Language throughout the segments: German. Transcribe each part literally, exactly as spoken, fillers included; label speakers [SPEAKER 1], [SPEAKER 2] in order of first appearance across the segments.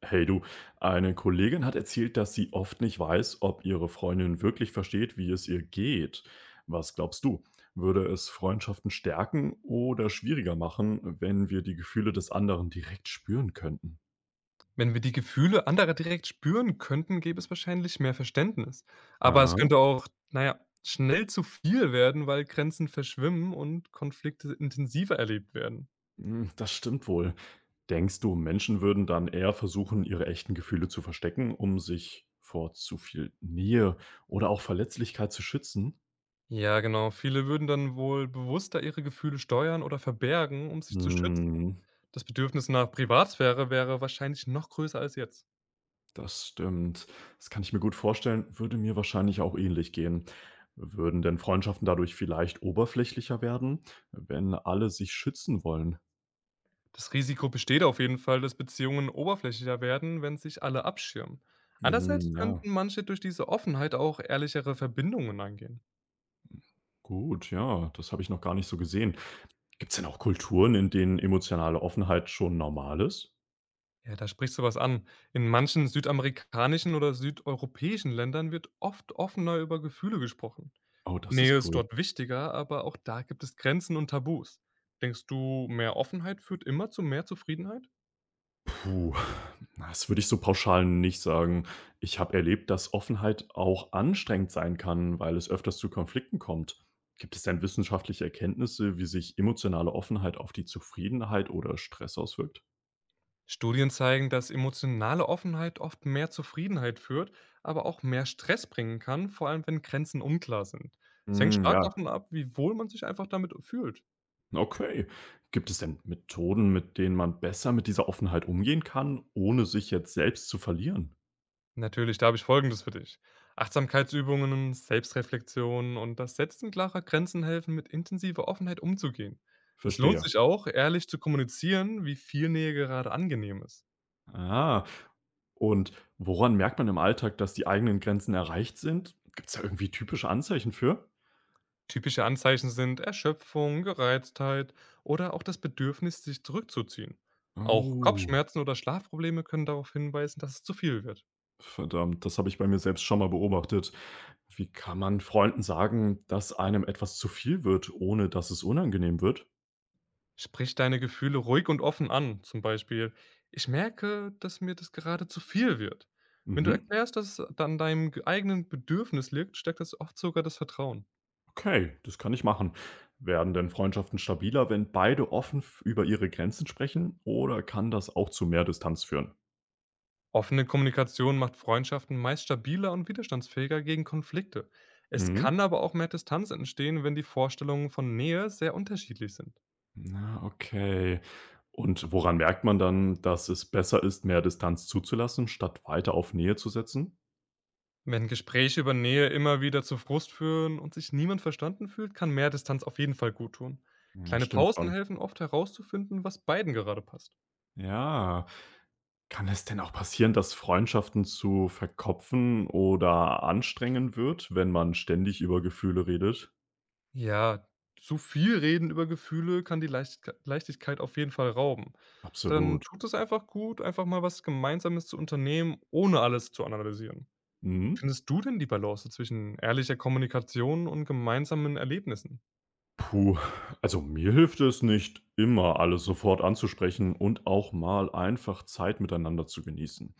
[SPEAKER 1] Hey du, eine Kollegin hat erzählt, dass sie oft nicht weiß, ob ihre Freundin wirklich versteht, wie es ihr geht. Was glaubst du? Würde es Freundschaften stärken oder schwieriger machen, wenn wir die Gefühle des anderen direkt spüren könnten?
[SPEAKER 2] Wenn wir die Gefühle anderer direkt spüren könnten, gäbe es wahrscheinlich mehr Verständnis. Aber es
[SPEAKER 1] Ah,
[SPEAKER 2] könnte auch, naja, schnell zu viel werden, weil Grenzen verschwimmen und Konflikte intensiver erlebt werden.
[SPEAKER 1] hm, das stimmt wohl. Denkst du, Menschen würden dann eher versuchen, ihre echten Gefühle zu verstecken, um sich vor zu viel Nähe oder auch Verletzlichkeit zu schützen?
[SPEAKER 2] Ja, genau. Viele würden dann wohl bewusster ihre Gefühle steuern oder verbergen, um sich zu schützen.
[SPEAKER 1] Hm.
[SPEAKER 2] Das Bedürfnis nach Privatsphäre wäre wahrscheinlich noch größer als jetzt.
[SPEAKER 1] Das stimmt. Das kann ich mir gut vorstellen, würde mir wahrscheinlich auch ähnlich gehen. Würden denn Freundschaften dadurch vielleicht oberflächlicher werden, wenn alle sich schützen wollen?
[SPEAKER 2] Das Risiko besteht auf jeden Fall, dass Beziehungen oberflächlicher werden, wenn sich alle abschirmen. Andererseits
[SPEAKER 1] Hm, ja,
[SPEAKER 2] könnten manche durch diese Offenheit auch ehrlichere Verbindungen eingehen.
[SPEAKER 1] gut, ja, das habe ich noch gar nicht so gesehen. Gibt es denn auch Kulturen, in denen emotionale Offenheit schon normal ist?
[SPEAKER 2] Ja, da sprichst du was an. In manchen südamerikanischen oder südeuropäischen Ländern wird oft offener über Gefühle gesprochen.
[SPEAKER 1] Oh, das
[SPEAKER 2] Nähe
[SPEAKER 1] ist
[SPEAKER 2] ist
[SPEAKER 1] cool.
[SPEAKER 2] dort wichtiger, aber auch da gibt es Grenzen und Tabus. Denkst du, mehr Offenheit führt immer zu mehr Zufriedenheit?
[SPEAKER 1] Puh, das würde ich so pauschal nicht sagen. Ich habe erlebt, dass Offenheit auch anstrengend sein kann, weil es öfters zu Konflikten kommt. Gibt es denn wissenschaftliche Erkenntnisse, wie sich emotionale Offenheit auf die Zufriedenheit oder Stress auswirkt?
[SPEAKER 2] Studien zeigen, dass emotionale Offenheit oft mehr Zufriedenheit führt, aber auch mehr Stress bringen kann, vor allem wenn Grenzen unklar sind. Es hängt
[SPEAKER 1] Hm,
[SPEAKER 2] stark
[SPEAKER 1] ja,
[SPEAKER 2] davon ab, wie wohl man sich einfach damit fühlt.
[SPEAKER 1] okay. Gibt es denn Methoden, mit denen man besser mit dieser Offenheit umgehen kann, ohne sich jetzt selbst zu verlieren?
[SPEAKER 2] Natürlich, da habe ich Folgendes für dich. Achtsamkeitsübungen, Selbstreflexion und das Setzen klarer Grenzen helfen, mit intensiver Offenheit umzugehen. Es lohnt
[SPEAKER 1] Verstehe.
[SPEAKER 2] sich auch, ehrlich zu kommunizieren, wie viel Nähe gerade angenehm ist.
[SPEAKER 1] Ah, und woran merkt man im Alltag, dass die eigenen Grenzen erreicht sind? Gibt es da irgendwie typische Anzeichen für?
[SPEAKER 2] Typische Anzeichen sind Erschöpfung, Gereiztheit oder auch das Bedürfnis, sich zurückzuziehen. Auch
[SPEAKER 1] Oh,
[SPEAKER 2] Kopfschmerzen oder Schlafprobleme können darauf hinweisen, dass es zu viel wird.
[SPEAKER 1] verdammt, das habe ich bei mir selbst schon mal beobachtet. Wie kann man Freunden sagen, dass einem etwas zu viel wird, ohne dass es unangenehm wird?
[SPEAKER 2] Sprich deine Gefühle ruhig und offen an. Zum Beispiel: „Ich merke, dass mir das gerade zu viel wird.“ Wenn du
[SPEAKER 1] Mhm,
[SPEAKER 2] erklärst, dass es an deinem g eigenen Bedürfnis liegt, stärkt das oft sogar das Vertrauen.
[SPEAKER 1] okay, das kann ich machen. Werden denn Freundschaften stabiler, wenn beide offen f- über ihre Grenzen sprechen? Oder kann das auch zu mehr Distanz führen?
[SPEAKER 2] Offene Kommunikation macht Freundschaften meist stabiler und widerstandsfähiger gegen Konflikte. Es
[SPEAKER 1] Mhm.
[SPEAKER 2] kann aber auch mehr Distanz entstehen, wenn die Vorstellungen von Nähe sehr unterschiedlich sind.
[SPEAKER 1] Na, okay. Und woran merkt man dann, dass es besser ist, mehr Distanz zuzulassen, statt weiter auf Nähe zu setzen?
[SPEAKER 2] Wenn Gespräche über Nähe immer wieder zu Frust führen und sich niemand verstanden fühlt, kann mehr Distanz auf jeden Fall gut tun.
[SPEAKER 1] Ja,
[SPEAKER 2] Kleine
[SPEAKER 1] stimmt
[SPEAKER 2] Pausen
[SPEAKER 1] schon.
[SPEAKER 2] helfen oft herauszufinden, was beiden gerade passt.
[SPEAKER 1] Ja, kann es denn auch passieren, dass Freundschaften zu verkopfen oder anstrengend wird, wenn man ständig über Gefühle redet?
[SPEAKER 2] Ja, zu viel reden über Gefühle kann die Leichtigk Leichtigkeit auf jeden Fall rauben. Dann
[SPEAKER 1] Absolut.
[SPEAKER 2] tut es einfach gut, einfach mal was Gemeinsames zu unternehmen, ohne alles zu analysieren.
[SPEAKER 1] Mhm.
[SPEAKER 2] Findest du denn die Balance zwischen ehrlicher Kommunikation und gemeinsamen Erlebnissen?
[SPEAKER 1] Puh, also mir hilft es nicht immer, alles sofort anzusprechen und auch mal einfach Zeit miteinander zu genießen.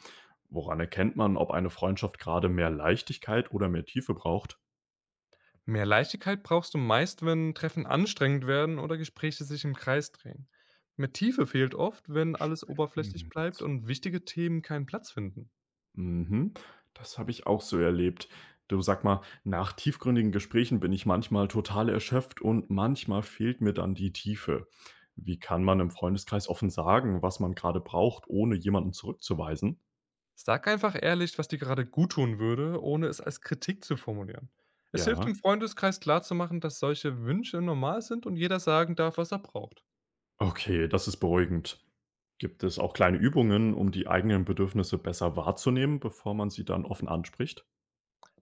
[SPEAKER 1] Woran erkennt man, ob eine Freundschaft gerade mehr Leichtigkeit oder mehr Tiefe braucht?
[SPEAKER 2] Mehr Leichtigkeit brauchst du meist, wenn Treffen anstrengend werden oder Gespräche sich im Kreis drehen. Mehr Tiefe fehlt oft, wenn alles oberflächlich bleibt
[SPEAKER 1] Stimmt.
[SPEAKER 2] und wichtige Themen keinen Platz finden.
[SPEAKER 1] Mhm. Das habe ich auch so erlebt. Du, sag mal, nach tiefgründigen Gesprächen bin ich manchmal total erschöpft und manchmal fehlt mir dann die Tiefe. Wie kann man im Freundeskreis offen sagen, was man gerade braucht, ohne jemanden zurückzuweisen?
[SPEAKER 2] Sag einfach ehrlich, was dir gerade guttun würde, ohne es als Kritik zu formulieren. Es hilft im
[SPEAKER 1] Ja,
[SPEAKER 2] Freundeskreis klarzumachen, dass solche Wünsche normal sind und jeder sagen darf, was er braucht.
[SPEAKER 1] okay, das ist beruhigend. Gibt es auch kleine Übungen, um die eigenen Bedürfnisse besser wahrzunehmen, bevor man sie dann offen anspricht?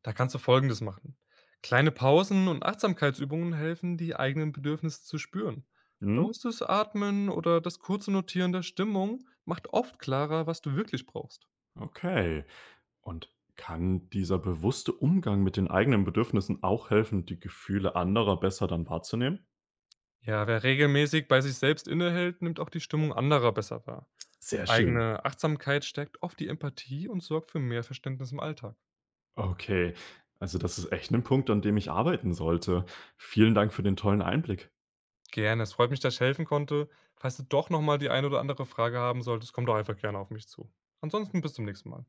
[SPEAKER 2] Da kannst du Folgendes machen. Kleine Pausen und Achtsamkeitsübungen helfen, die eigenen Bedürfnisse zu spüren.
[SPEAKER 1] Hm?
[SPEAKER 2] Bewusstes Atmen oder das kurze Notieren der Stimmung macht oft klarer, was du wirklich brauchst.
[SPEAKER 1] Okay. Und kann dieser bewusste Umgang mit den eigenen Bedürfnissen auch helfen, die Gefühle anderer besser dann wahrzunehmen?
[SPEAKER 2] Ja, wer regelmäßig bei sich selbst innehält, nimmt auch die Stimmung anderer besser wahr.
[SPEAKER 1] Sehr schön.
[SPEAKER 2] Eigene Achtsamkeit stärkt oft die Empathie und sorgt für mehr Verständnis im Alltag.
[SPEAKER 1] Okay, also das ist echt ein Punkt, an dem ich arbeiten sollte. Vielen Dank für den tollen Einblick.
[SPEAKER 2] Gerne, es freut mich, dass ich helfen konnte. Falls du doch nochmal die eine oder andere Frage haben solltest, komm doch einfach gerne auf mich zu. Ansonsten bis zum nächsten Mal.